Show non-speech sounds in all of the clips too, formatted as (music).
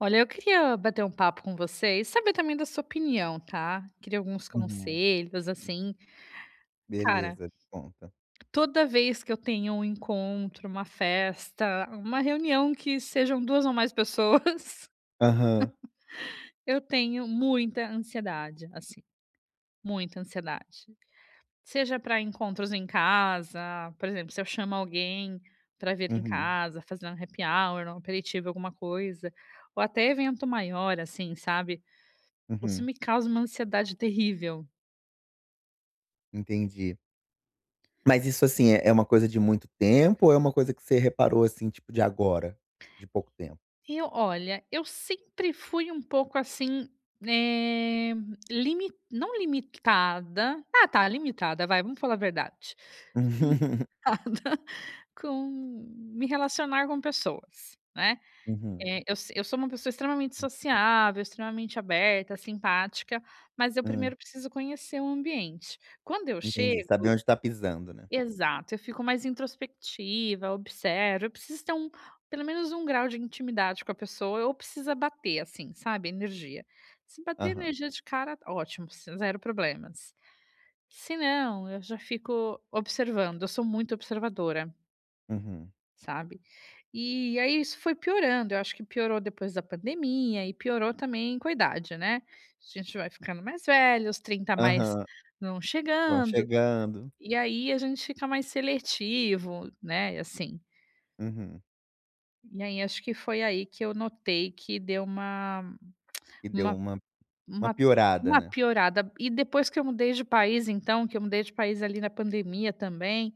Olha, eu queria bater um papo com você e saber também da sua opinião, tá? Queria alguns Uhum. conselhos, assim. Cara, Beleza, conta. toda vez que eu tenho um encontro, uma festa, uma reunião que sejam 2 ou mais pessoas, (laughs) Aham. eu tenho muita ansiedade, assim, muita ansiedade. Seja para encontros em casa, por exemplo, se eu chamo alguém para vir em Uhum, casa, fazer um happy hour, um aperitivo, alguma coisa, ou até evento maior, assim, sabe? Isso uhum, me causa uma ansiedade terrível. entendi. Mas isso, assim, é uma coisa de muito tempo ou é uma coisa que você reparou, assim, tipo, de agora, de pouco tempo? Eu olha, eu sempre fui um pouco assim, eh, limi não limitada, ah, tá, limitada, vai, vamos falar a verdade, (laughs) (laughs) com me relacionar com pessoas, né. Uhum, Eh, eu se eu sou uma pessoa extremamente sociável, extremamente aberta, simpática, mas eu hum, primeiro preciso conhecer o ambiente. Quando eu entendi. chego. Saber onde tá pisando, né. Exato, eu fico mais introspectiva, observo, eu preciso ter um pelo menos um grau de intimidade com a pessoa ou precisa bater, assim, sabe, energia. Se bater Aham, energia de cara, ótimo, s zero problemas. Se não, eu já fico observando, eu sou muito observadora, uhum, sabe. E aí isso foi piorando, eu acho que piorou depois da pandemia e piorou também com a idade, né. A gente vai ficando mais velho, os 30 a mais aham, não vão chegando, chegando. e aí a gente fica mais seletivo, né, assim. Uhum, E aí acho que foi aí que eu notei que deu e deu uma uma uma piorada, uma né. piorada. E depois que eu mudei de país então, que eu mudei de país ali na pandemia também,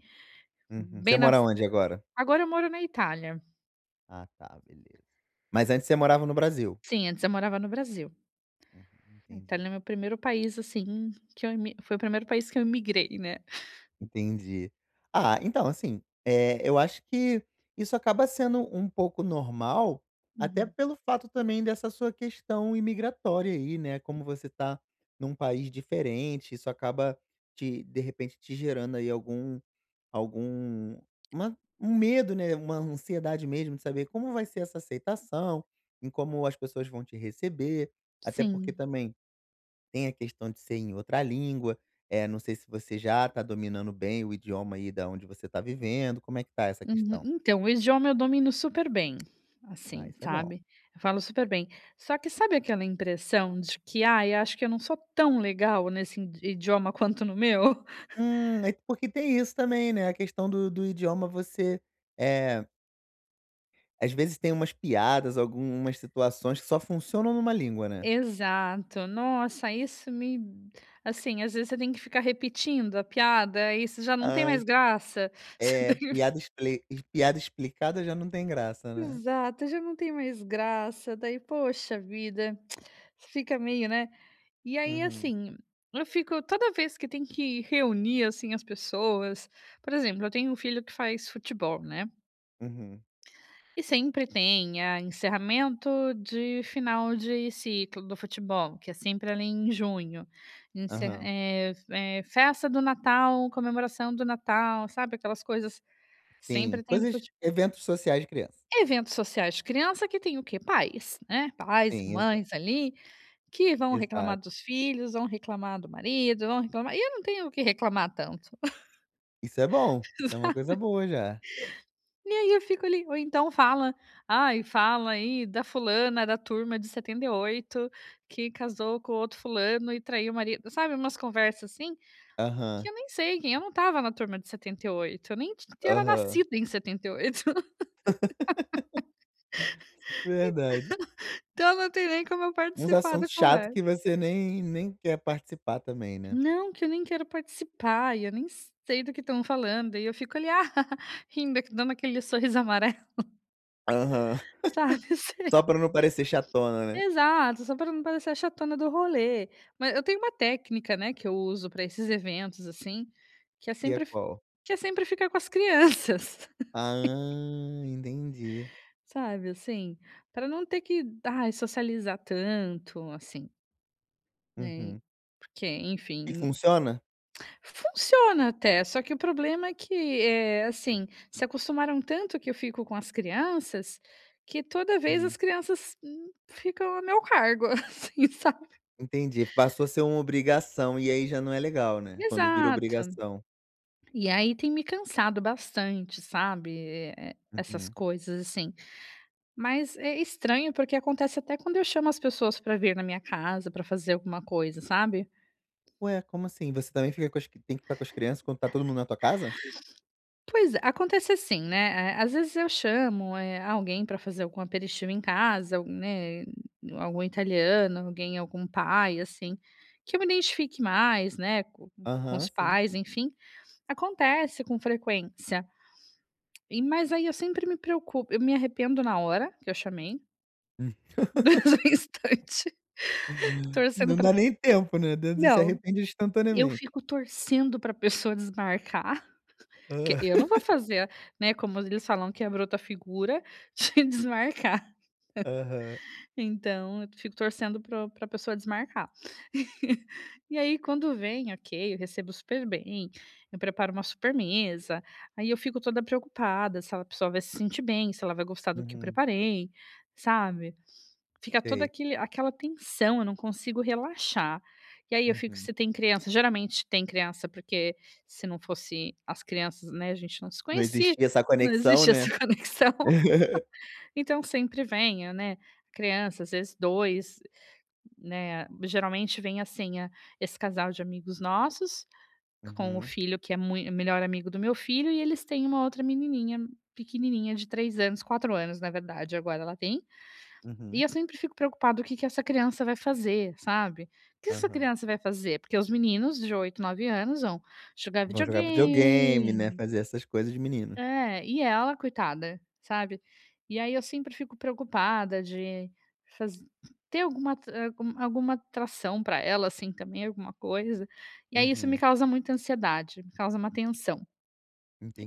Uhum. Você bem mora nas onde agora? agora eu moro na Itália. Ah, tá, beleza. Mas antes você morava no Brasil? Sim, antes eu morava no Brasil. Uhum, A entendi. Itália é meu primeiro país, assim, que eu imi foi o primeiro país que eu imigrei, né. Entendi. Ah, então, assim, eu acho que isso acaba sendo um pouco normal, até Uhum. pelo fato também dessa sua questão imigratória aí, né, como você tá num país diferente, isso acaba te de repente te gerando aí algum algum uma um medo, né, uma ansiedade mesmo de saber como vai ser essa aceitação, em como as pessoas vão te receber, até porque Sim. também tem a questão de ser em outra língua, é não sei se você já está dominando bem o idioma aí da onde você está vivendo, como é que tá essa Uhum. questão? Então, o idioma eu domino super bem, Ah, assim, isso é bom. sabe? Eu falo super bem. Só que sabe aquela impressão de que, ai, acho que eu não sou tão legal nesse idioma (laughs) quanto no meu? (laughs) É porque tem isso também, né, a questão do idioma você, é, às vezes tem umas piadas, algumas situações que só funcionam numa língua, né. Exato. Nossa, isso me assim, às vezes você tem que ficar repetindo a piada, e isso já não tem mais Ai, graça. (laughs) Você é, tem que piada explicada já não tem graça, né. exato, já não tem mais graça, daí, poxa vida, (tsk) fica meio, né? E aí, Uhum, assim, eu fico toda vez que tem que reunir, assim, as pessoas por exemplo, eu tenho um filho que faz futebol, né, uhum, e sempre tem, a encerramento de final de ciclo do futebol, que é sempre ali em junho, aham. Festa do Natal, comemoração do Natal, sabe, aquelas coisas Sim, sempre tem do coisas fute eventos sociais de criança. eventos sociais de criança que tem o quê? Pais, né, pais, Sim, exa mães ali, que vão reclamar exato. dos filhos, vão reclamar do marido, vão reclamar e eu não tenho o que reclamar tanto. Isso é bom, isso é uma (laughs) coisa boa já. E aí eu fico ali ou então fala: "Ai, fala aí da fulana da turma de 78 que casou com outro fulano e traiu o marido", sabe, umas conversas assim, que Aham, eu nem sei quem eu não estava na turma de 78. Eu nem ti era aham, nascida em 78. (laughs) verdade. Então não tem nem como eu Uns participar da assuntos chato conversa. que você nem quer participar também, né. Não, que eu nem quero participar e eu nem sei do que estão falando, e eu fico ali, ah, (laughs) rindo, dando aquele sorriso amarelo. Aham, Sabe, (laughs) só sei. pra não parecer chatona, né. Exato, só para não parecer a chatona do rolê. Mas eu tenho uma técnica, né, que eu uso para esses eventos, assim, que é E é sempre f qual? que é sempre ficar com as crianças, Ah, entendi. (laughs) sabe, assim, para não ter que, ai, socializar tanto, assim, né, Uhum. porque, E enfim, funciona? funciona até, só que o problema é que, assim, se acostumaram tanto que eu fico com as crianças, que toda vez as Hum, crianças, ficam a meu cargo, (laughs) assim, sabe. entendi, passou a ser uma obrigação e aí já não é legal, né, quando vira Exato. obrigação. E aí tem me cansado bastante, sabe, essas Uhum. coisas, assim. Mas é estranho, porque acontece até quando eu chamo as pessoas pra vir na minha casa, pra fazer alguma coisa, sabe. Ué, como assim? Você também fica com as cri- tem que ficar com as crianças quando tá todo mundo na tua casa? Pois é, acontece assim, né, às vezes eu chamo, alguém pra fazer algum aperitivo em casa, algum, né, algum italiano, alguém algum pai, assim, que eu me identifique mais, né, co com Aham, os sim. pais, enfim. Acontece com frequência. E mas aí eu sempre me preocupo eu me arrependo na hora que eu chamei, (laughs) mesmo (laughs) instante. Torcendo Não pra dá nem tempo, né, d d se não, arrepende Eu instantaneamente. fico torcendo pra pessoa desmarcar, (laughs) porque Ah. eu não vou fazer, né, como eles falam que é "a figura", (laughs) de desmarcar. Aham. Então eu fico torcendo pra pessoa desmarcar. E aí quando vem, ok, eu recebo super bem, eu preparo uma super mesa, aí eu fico toda preocupada se a pessoa vai se sentir bem, se ela vai gostar do que eu Uhum. preparei, sabe. Fica toda Sei. aquele aquela tensão, eu não consigo relaxar. E aí eu fico Uhum. se tem criança geralmente tem criança, porque se não fosse as crianças, né, a gente não se Não conhecia, existia essa não conexão, existe essa né. (laughs) conexão. (laughs) Então sempre vem, né, criança, às vezes 2 né, geralmente vem assim, a esse casal de amigos nossos, com o Uhum. filho que é muito melhor amigo do meu filho, e eles têm uma outra menininha pequenininha de 3 anos, 4 anos na verdade agora ela tem. E Uhum. eu sempre fico preocupado o que que essa criança vai fazer, sabe. O que essa Aham. criança vai fazer? Porque os meninos de 8, 9 anos vão jogar Vão jogar videogame, né, videogame fazer essas coisas de meninos. é, e ela coitada, sabe. E aí eu sempre fico preocupada de faz ter alguma a alguma atração para ela, assim, também, alguma coisa. E aí isso me Uhum. causa muita ansiedade, me causa uma tensão.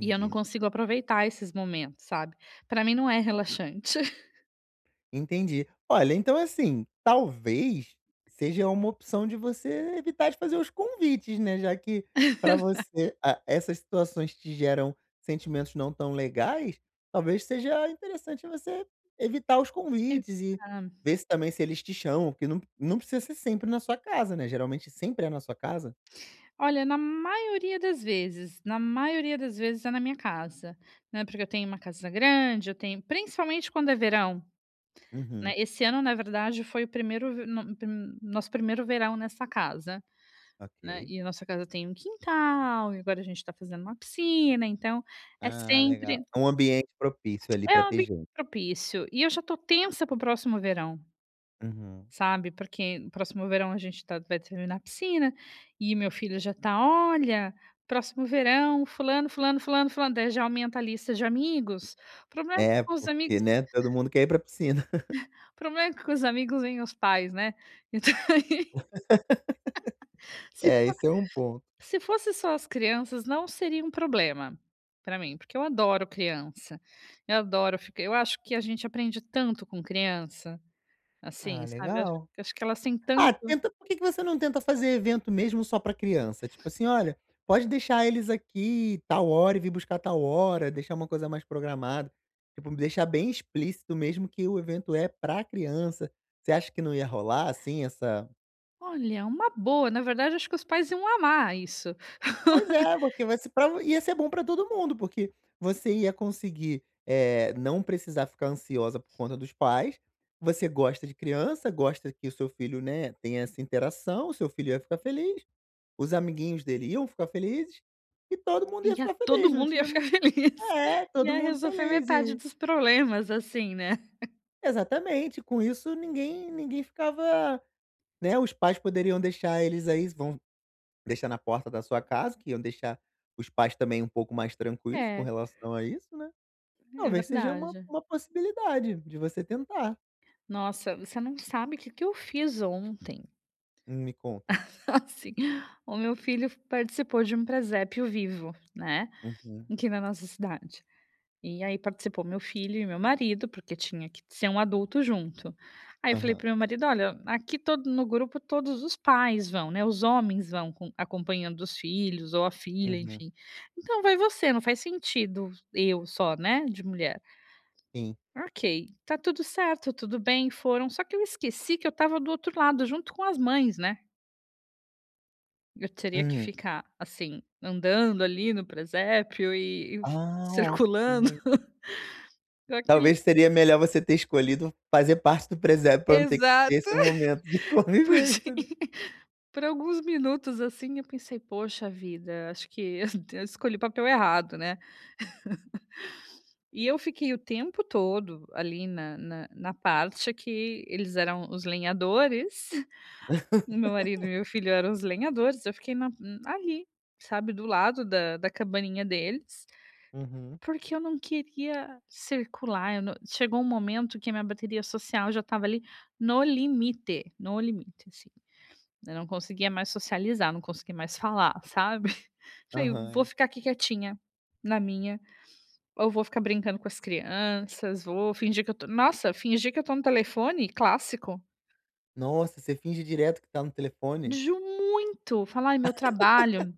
E eu não consigo aproveitar esses momentos, sabe. Para mim não é relaxante. Entendi. Olha, então assim, talvez seja uma opção de você evitar de fazer os convites, né, já que para você a essas situações te geram sentimentos não tão legais, talvez seja interessante você evitar os (laughs) convites e Exatamente. ver se também se eles te chamam, porque não precisa ser sempre na sua casa, né, geralmente sempre é na sua casa? Olha, na maioria das vezes, na maioria das vezes é na minha casa, né, porque eu tenho uma casa grande, eu tenho principalmente quando é verão, né, Uhum, esse ano, na verdade, foi o primeiro ve no prim nosso primeiro verão nessa casa, né, ok. e a nossa casa tem um quintal, e agora a gente está fazendo uma piscina, então é Ah, legal. sempre É um ambiente propício ali é para um ter ambiente gente. propício, e eu já tô tensa pro próximo verão. Uhum. Sabe, porque no próximo verão a gente vai terminar a piscina, e meu filho já tá: "Olha, próximo verão fulano, fulano, fulano, fulano", daí já aumenta a lista de amigos. O problema é que É, com os amigos porque, né, todo mundo quer ir pra piscina. (laughs) o problema é que com os amigos vêm os pais, né. Então, (laughs) se É, fo esse é um ponto. se fosse só as crianças não seria um problema para mim, porque eu adoro criança, eu adoro ficar eu acho que a gente aprende tanto com criança, Ah, assim, sabe, eu acho legal. acho que elas têm Ah, tanto tenta por que que você não tenta fazer evento mesmo só pra criança? Tipo assim: "Olha, pode deixar eles aqui tal hora e vir buscar tal hora", deixar uma coisa mais programada. Tipo, deixar bem explícito mesmo que o evento é pra criança. Você acha que não ia rolar, assim, essa olha, uma boa, na verdade acho que os pais iam amar isso. pois é, porque vai ser pra ia ser bom pra todo mundo, porque você ia conseguir, não precisar ficar ansiosa por conta dos pais. Você gosta de criança, gosta que o seu filho, né, tenha essa interação, o seu filho ia ficar feliz. Os amiguinhos dele iam ficar felizes e todo mundo ia E a ficar feliz, todo não mundo ia tinha ficar (laughs) feliz. é, todo Ia mundo resolver feliz metade e dos problemas, assim, né. exatamente, com isso ninguém ficava, né, os pais poderiam deixar eles aí vão deixar na porta da sua casa, que iam deixar os pais também um pouco mais tranquilos com É, relação a isso, né. é Talvez seja uma verdade. uma possibilidade de você tentar. Nossa, você não sabe o que que eu fiz ontem. Me conta. (laughs) Assim, o meu filho participou de um presépio vivo, né, Uhum. aqui na nossa cidade. E aí participou meu filho e meu marido, porque tinha que ser um adulto junto. Aí eu falei para Aham. meu marido: "Olha, aqui todo no grupo todos os pais vão, né, os homens vão com acompanhando os filhos ou a filha, Uhum. enfim. Então vai você, não faz sentido eu só, né, de mulher". Sim. "Ok, tá tudo certo, tudo bem", foram, só que eu esqueci que eu estava do outro lado junto com as mães, né. Eu teria que Hum. ficar, assim, andando ali no presépio e Ah, ok. circulando (laughs) com aquele Talvez seria melhor você ter escolhido fazer parte do presépio pra não ter que ter Exato. esse momento de (laughs) Por assim, convivência, né. (laughs) por alguns minutos, assim, eu pensei: "Poxa vida, acho que (laughs) eu escolhi o papel errado, né". E eu fiquei o tempo todo ali na parte que eles eram os lenhadores, (laughs) o meu marido e meu filho eram os lenhadores, eu fiquei na ali, sabe, do lado da cabaninha deles, Uhum. porque eu não queria circular, eu não chegou um momento que a minha bateria social já estava ali no limite, no limite, assim. Eu não conseguia mais socializar, não conseguia mais falar, sabe. (laughs) Falei: "Vou Aham. ficar aqui quietinha, na minha, ou vou ficar brincando com as crianças, vou fingir que eu tô" nossa, fingir que eu tô no telefone, clássico. Nossa, você finge direto que tá no telefone? Ju Muito. Falar: "Ai, meu trabalho"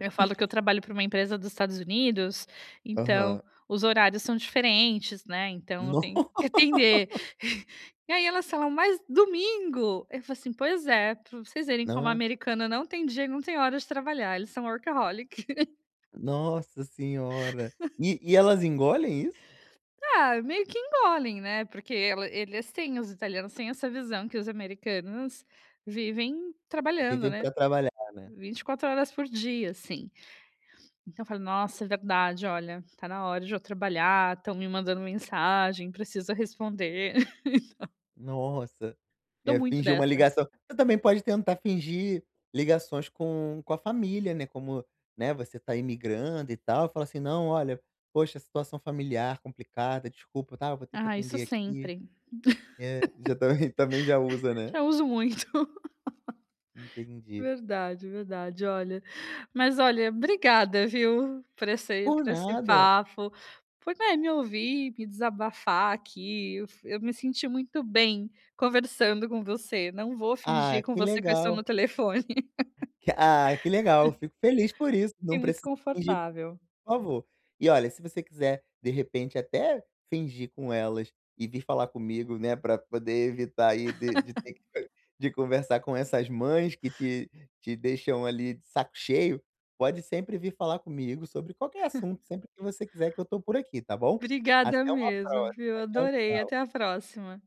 Eu falo que eu trabalho para uma empresa dos Estados Unidos, então Aham. os horários são diferentes, né, então eu No, tenho que (laughs) atender. (laughs) E aí elas falam: "Mas domingo?" Eu falo assim: "Pois é, pra vocês verem como a nossa, americana não tem dia não tem hora de trabalhar, eles são workaholic". (laughs) nossa senhora. E elas engolem isso? Ah, meio que engolem, né, porque ela eles têm os italianos têm essa visão que os americanos vivem trabalhando, Viver né, pra trabalhar, né. 24 horas por dia, assim. Então eu falo: "Nossa, é verdade, olha, tá na hora de eu trabalhar, estão me mandando mensagem, preciso responder". (laughs) Nossa. Dou É, muito fingir uma dessa. ligação. Você também pode tentar fingir ligações com a família, né, como, né, você tá imigrando e tal, fala assim: "Não, olha, poxa, situação familiar complicada, desculpa, tá, eu vou ter que Ah, isso atender aqui". sempre. (laughs) É, já também (laughs) também já usa, né. Já uso muito. (laughs) Entendi. Verdade, verdade, olha. Mas olha, obrigada, viu, por esse Por por esse nada. papo, por, né, me ouvir, me desabafar aqui. Eu me senti muito bem conversando com você, não vou Ah, fingir com que você que eu estou no legal. telefone. (laughs) Que legal, fico feliz por isso, Fiquei não muito precisa fingir. Por confortável. favor. E olha, se você quiser, de repente, até fingir com elas e vir falar comigo, né, para poder evitar aí de ter que (laughs) de conversar com essas mães que te deixam ali de saco cheio, pode sempre vir falar comigo sobre qualquer assunto, sempre que você quiser que eu tô por aqui, tá bom? Obrigada Até uma mesmo, próxima. viu? Tchau, Adorei. tchau. Até a próxima.